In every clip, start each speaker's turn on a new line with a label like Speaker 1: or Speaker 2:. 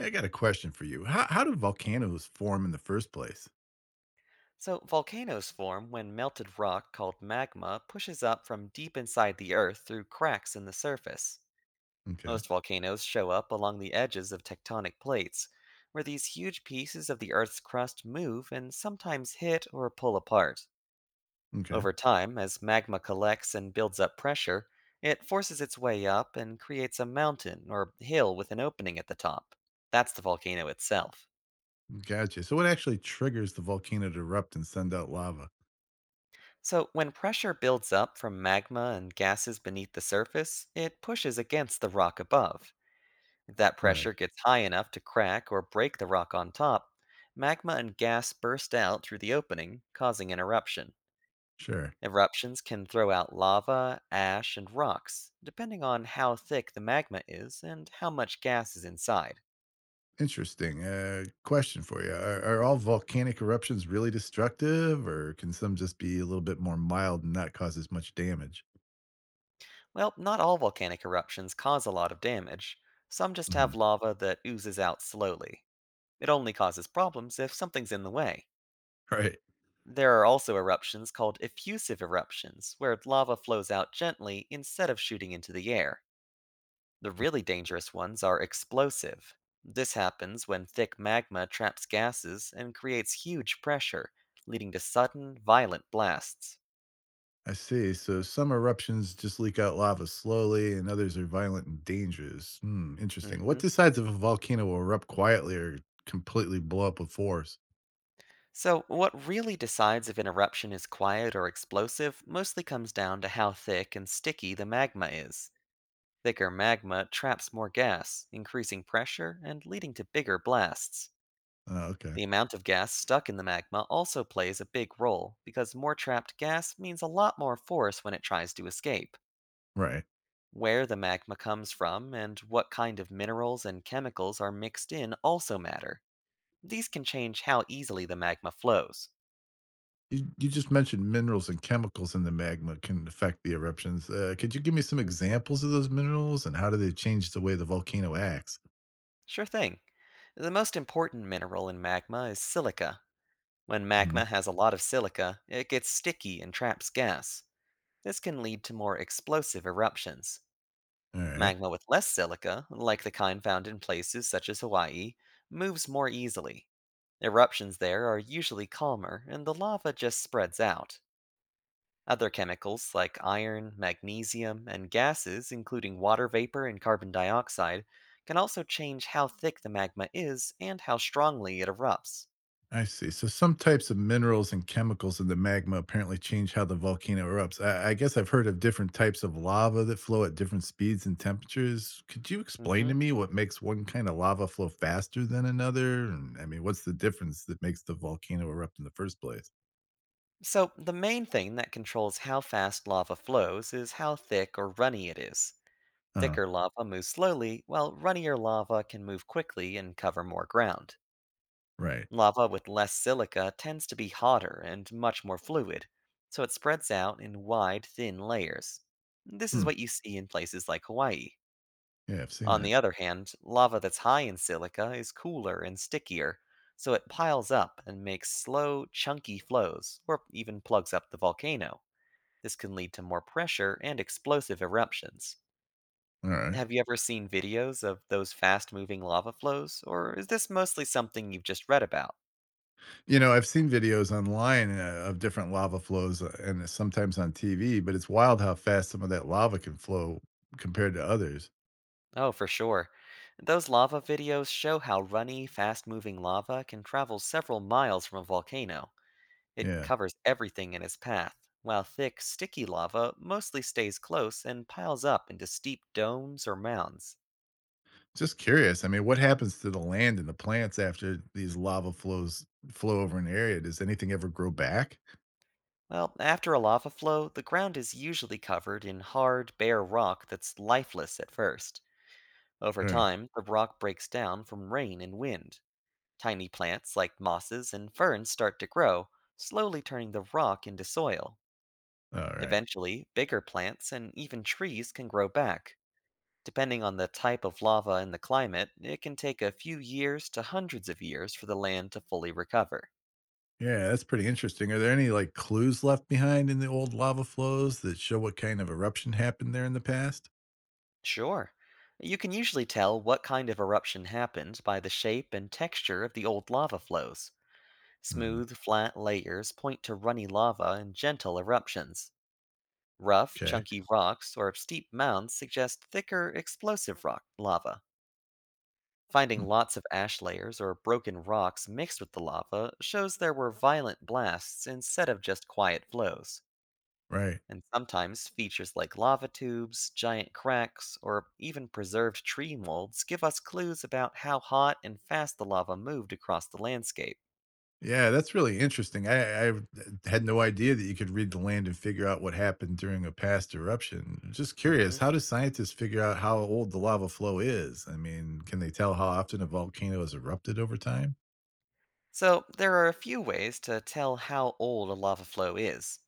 Speaker 1: I got a question for you. How do volcanoes form in the first place?
Speaker 2: So, volcanoes form when melted rock called magma pushes up from deep inside the Earth through cracks in the surface.
Speaker 1: Okay.
Speaker 2: Most volcanoes show up along the edges of tectonic plates, where these huge pieces of the Earth's crust move and sometimes hit or pull apart.
Speaker 1: Okay.
Speaker 2: Over time, as magma collects and builds up pressure, it forces its way up and creates a mountain or hill with an opening at the top. That's the volcano itself.
Speaker 1: Gotcha. So what actually triggers the volcano to erupt and send out lava?
Speaker 2: So, when pressure builds up from magma and gases beneath the surface, it pushes against the rock above. If that
Speaker 1: Right.
Speaker 2: pressure gets high enough to crack or break the rock on top, magma and gas burst out through the opening, causing an eruption.
Speaker 1: Sure.
Speaker 2: Eruptions can throw out lava, ash, and rocks, depending on how thick the magma is and how much gas is inside.
Speaker 1: Interesting. Question for you. Are all volcanic eruptions really destructive, or can some just be a little bit more mild and not cause as much damage?
Speaker 2: Well, not all volcanic eruptions cause a lot of damage. Some just
Speaker 1: hmm
Speaker 2: have lava that oozes out slowly. It only causes problems if something's in the way.
Speaker 1: Right.
Speaker 2: There are also eruptions called effusive eruptions, where lava flows out gently instead of shooting into the air. The really dangerous ones are explosive. This happens when thick magma traps gases and creates huge pressure, leading to sudden, violent blasts.
Speaker 1: I see. So some eruptions just leak out lava slowly, and others are violent and dangerous. Interesting. What
Speaker 2: hmm
Speaker 1: decides if a volcano will erupt quietly or completely blow up with force?
Speaker 2: So, what really decides if an eruption is quiet or explosive mostly comes down to how thick and sticky the magma is. Thicker magma traps more gas, increasing pressure and leading to bigger blasts.
Speaker 1: Oh, okay.
Speaker 2: The amount of gas stuck in the magma also plays a big role, because more trapped gas means a lot more force when it tries to escape.
Speaker 1: Right.
Speaker 2: Where the magma comes from and what kind of minerals and chemicals are mixed in also matter. These can change how easily the magma flows.
Speaker 1: You just mentioned minerals and chemicals in the magma can affect the eruptions. Could you give me some
Speaker 2: Mm,
Speaker 1: examples of those minerals, and how do they change the way the volcano acts?
Speaker 2: Sure thing. The most important mineral in magma is silica. When
Speaker 1: Mhm.
Speaker 2: magma has a lot of silica, it gets sticky and traps gas. This can lead to more explosive eruptions.
Speaker 1: All right.
Speaker 2: Magma with less silica, like the kind found in places such as Hawaii, moves more easily. Eruptions there are usually calmer, and the lava just spreads out. Other chemicals like iron, magnesium, and gases, including water vapor and carbon dioxide, can also change how thick the magma is and how strongly it erupts.
Speaker 1: I see. So some types of minerals and chemicals in the magma apparently change how the volcano erupts. I guess I've heard of different types of lava that flow at different speeds and temperatures. Could you explain
Speaker 2: hmm
Speaker 1: to me what makes one kind of lava flow faster than another? And I mean, what's the difference that makes the volcano erupt in the first place?
Speaker 2: So, the main thing that controls how fast lava flows is how thick or runny it is.
Speaker 1: Uh,
Speaker 2: Thicker lava moves slowly, while runnier lava can move quickly and cover more ground.
Speaker 1: right.
Speaker 2: Lava with less silica tends to be hotter and much more fluid, so it spreads out in wide, thin layers. This is
Speaker 1: Hmm.
Speaker 2: what you see in places like Hawaii.
Speaker 1: Yeah, I've seen
Speaker 2: On
Speaker 1: that.
Speaker 2: the other hand, lava that's high in silica is cooler and stickier, so it piles up and makes slow, chunky flows, or even plugs up the volcano. This can lead to more pressure and explosive eruptions.
Speaker 1: All right.
Speaker 2: Have you ever seen videos of those fast moving lava flows, or is this mostly something you've just read about?
Speaker 1: You know, I've seen videos online of different lava flows and sometimes on TV, but it's wild how fast some of that lava can flow compared to others.
Speaker 2: Oh, for sure. Those lava videos show how runny, fast moving lava can travel several miles from a volcano. It
Speaker 1: Yeah.
Speaker 2: covers everything in its path, while thick, sticky lava mostly stays close and piles up into steep domes or mounds.
Speaker 1: Just curious. I mean, what happens to the land and the plants after these lava flows flow over an area? Does anything ever grow back?
Speaker 2: Well, after a lava flow, the ground is usually covered in hard, bare rock that's lifeless at first. Over
Speaker 1: Sure.
Speaker 2: time, the rock breaks down from rain and wind. Tiny plants like mosses and ferns start to grow, slowly turning the rock into soil.
Speaker 1: All right.
Speaker 2: Eventually, bigger plants and even trees can grow back. Depending on the type of lava and the climate, it can take a few years to hundreds of years for the land to fully recover.
Speaker 1: Yeah, that's pretty interesting. Are there any like clues left behind in the old lava flows that show what kind of eruption happened there in the past?
Speaker 2: Sure. You can usually tell what kind of eruption happened by the shape and texture of the old lava flows.
Speaker 1: Mhm.
Speaker 2: Smooth, flat layers point to runny lava and gentle eruptions. Rough,
Speaker 1: Okay.
Speaker 2: chunky rocks or steep mounds suggest thicker, explosive rock lava. Finding
Speaker 1: Hmm.
Speaker 2: lots of ash layers or broken rocks mixed with the lava shows there were violent blasts instead of just quiet flows.
Speaker 1: Right.
Speaker 2: And sometimes features like lava tubes, giant cracks, or even preserved tree molds give us clues about how hot and fast the lava moved across the landscape.
Speaker 1: Yeah, that's really interesting. I had no idea that you could read the land and figure out what happened during a past eruption. Just curious,
Speaker 2: Mhm.
Speaker 1: how do scientists figure out how old the lava flow is? I mean, can they tell how often a volcano has erupted over time?
Speaker 2: So, there are a few ways to tell how old a lava flow is.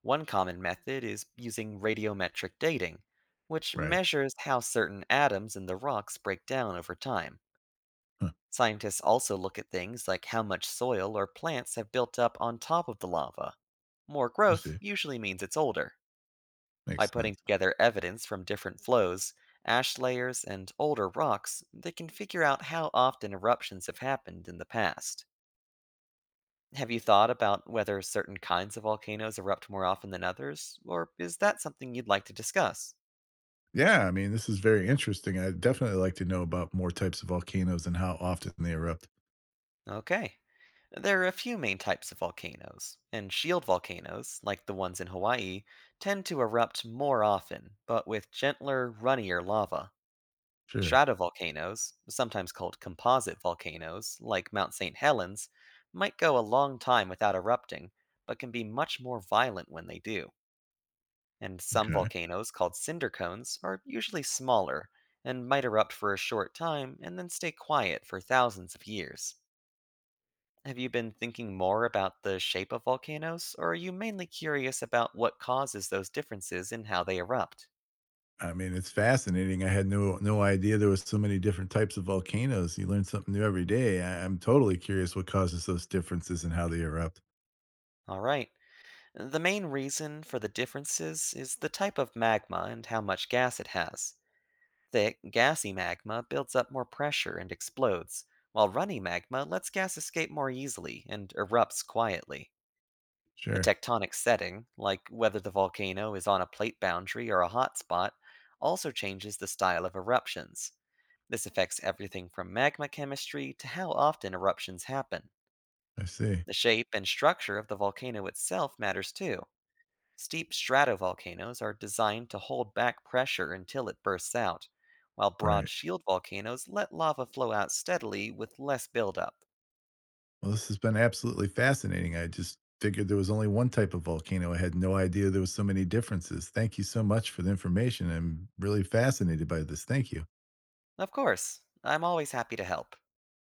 Speaker 2: One common method is using radiometric dating, which
Speaker 1: Right.
Speaker 2: measures how certain atoms in the rocks break down over time.
Speaker 1: Huh.
Speaker 2: Scientists also look at things like how much soil or plants have built up on top of the lava. More
Speaker 1: You
Speaker 2: growth
Speaker 1: see.
Speaker 2: usually means it's older. By
Speaker 1: Makes
Speaker 2: putting
Speaker 1: sense.
Speaker 2: together evidence from different flows, ash layers, and older rocks, they can figure out how often eruptions have happened in the past. Have you thought about whether certain kinds of volcanoes erupt more often than others, or is that something you'd like to discuss?
Speaker 1: Yeah, I mean, this is very interesting. I'd definitely like to know about more types of volcanoes and how often they erupt.
Speaker 2: Okay. There are a few main types of volcanoes, and shield volcanoes, like the ones in Hawaii, tend to erupt more often, but with gentler, runnier lava.
Speaker 1: Sure.
Speaker 2: Stratovolcanoes, sometimes called composite volcanoes, like Mount St. Helens, might go a long time without erupting, but can be much more violent when they do. And some
Speaker 1: Okay.
Speaker 2: volcanoes, called cinder cones, are usually smaller and might erupt for a short time and then stay quiet for thousands of years. Have you been thinking more about the shape of volcanoes, or are you mainly curious about what causes those differences in how they erupt?
Speaker 1: I mean, it's fascinating. I had no idea there was so many different types of volcanoes. You learn something new every day. I'm totally curious what causes those differences and how they erupt.
Speaker 2: Alright, the main reason for the differences is the type of magma and how much gas it has. Thick, gassy magma builds up more pressure and explodes, while runny magma lets gas escape more easily and erupts quietly. The
Speaker 1: Sure,
Speaker 2: tectonic setting, like whether the volcano is on a plate boundary or a hotspot, also changes the style of eruptions. This affects everything from magma chemistry to how often eruptions happen.
Speaker 1: I see.
Speaker 2: The shape and structure of the volcano itself matters too. Steep stratovolcanoes are designed to hold back pressure until it bursts out, while
Speaker 1: Right.
Speaker 2: broad shield volcanoes let lava flow out steadily with less buildup.
Speaker 1: Well, this has been absolutely fascinating. I just figured there was only one type of volcano. I had no idea there was so many differences. Thank you so much for the information. I'm really fascinated by this. Thank you.
Speaker 2: Of course, I'm always happy to help.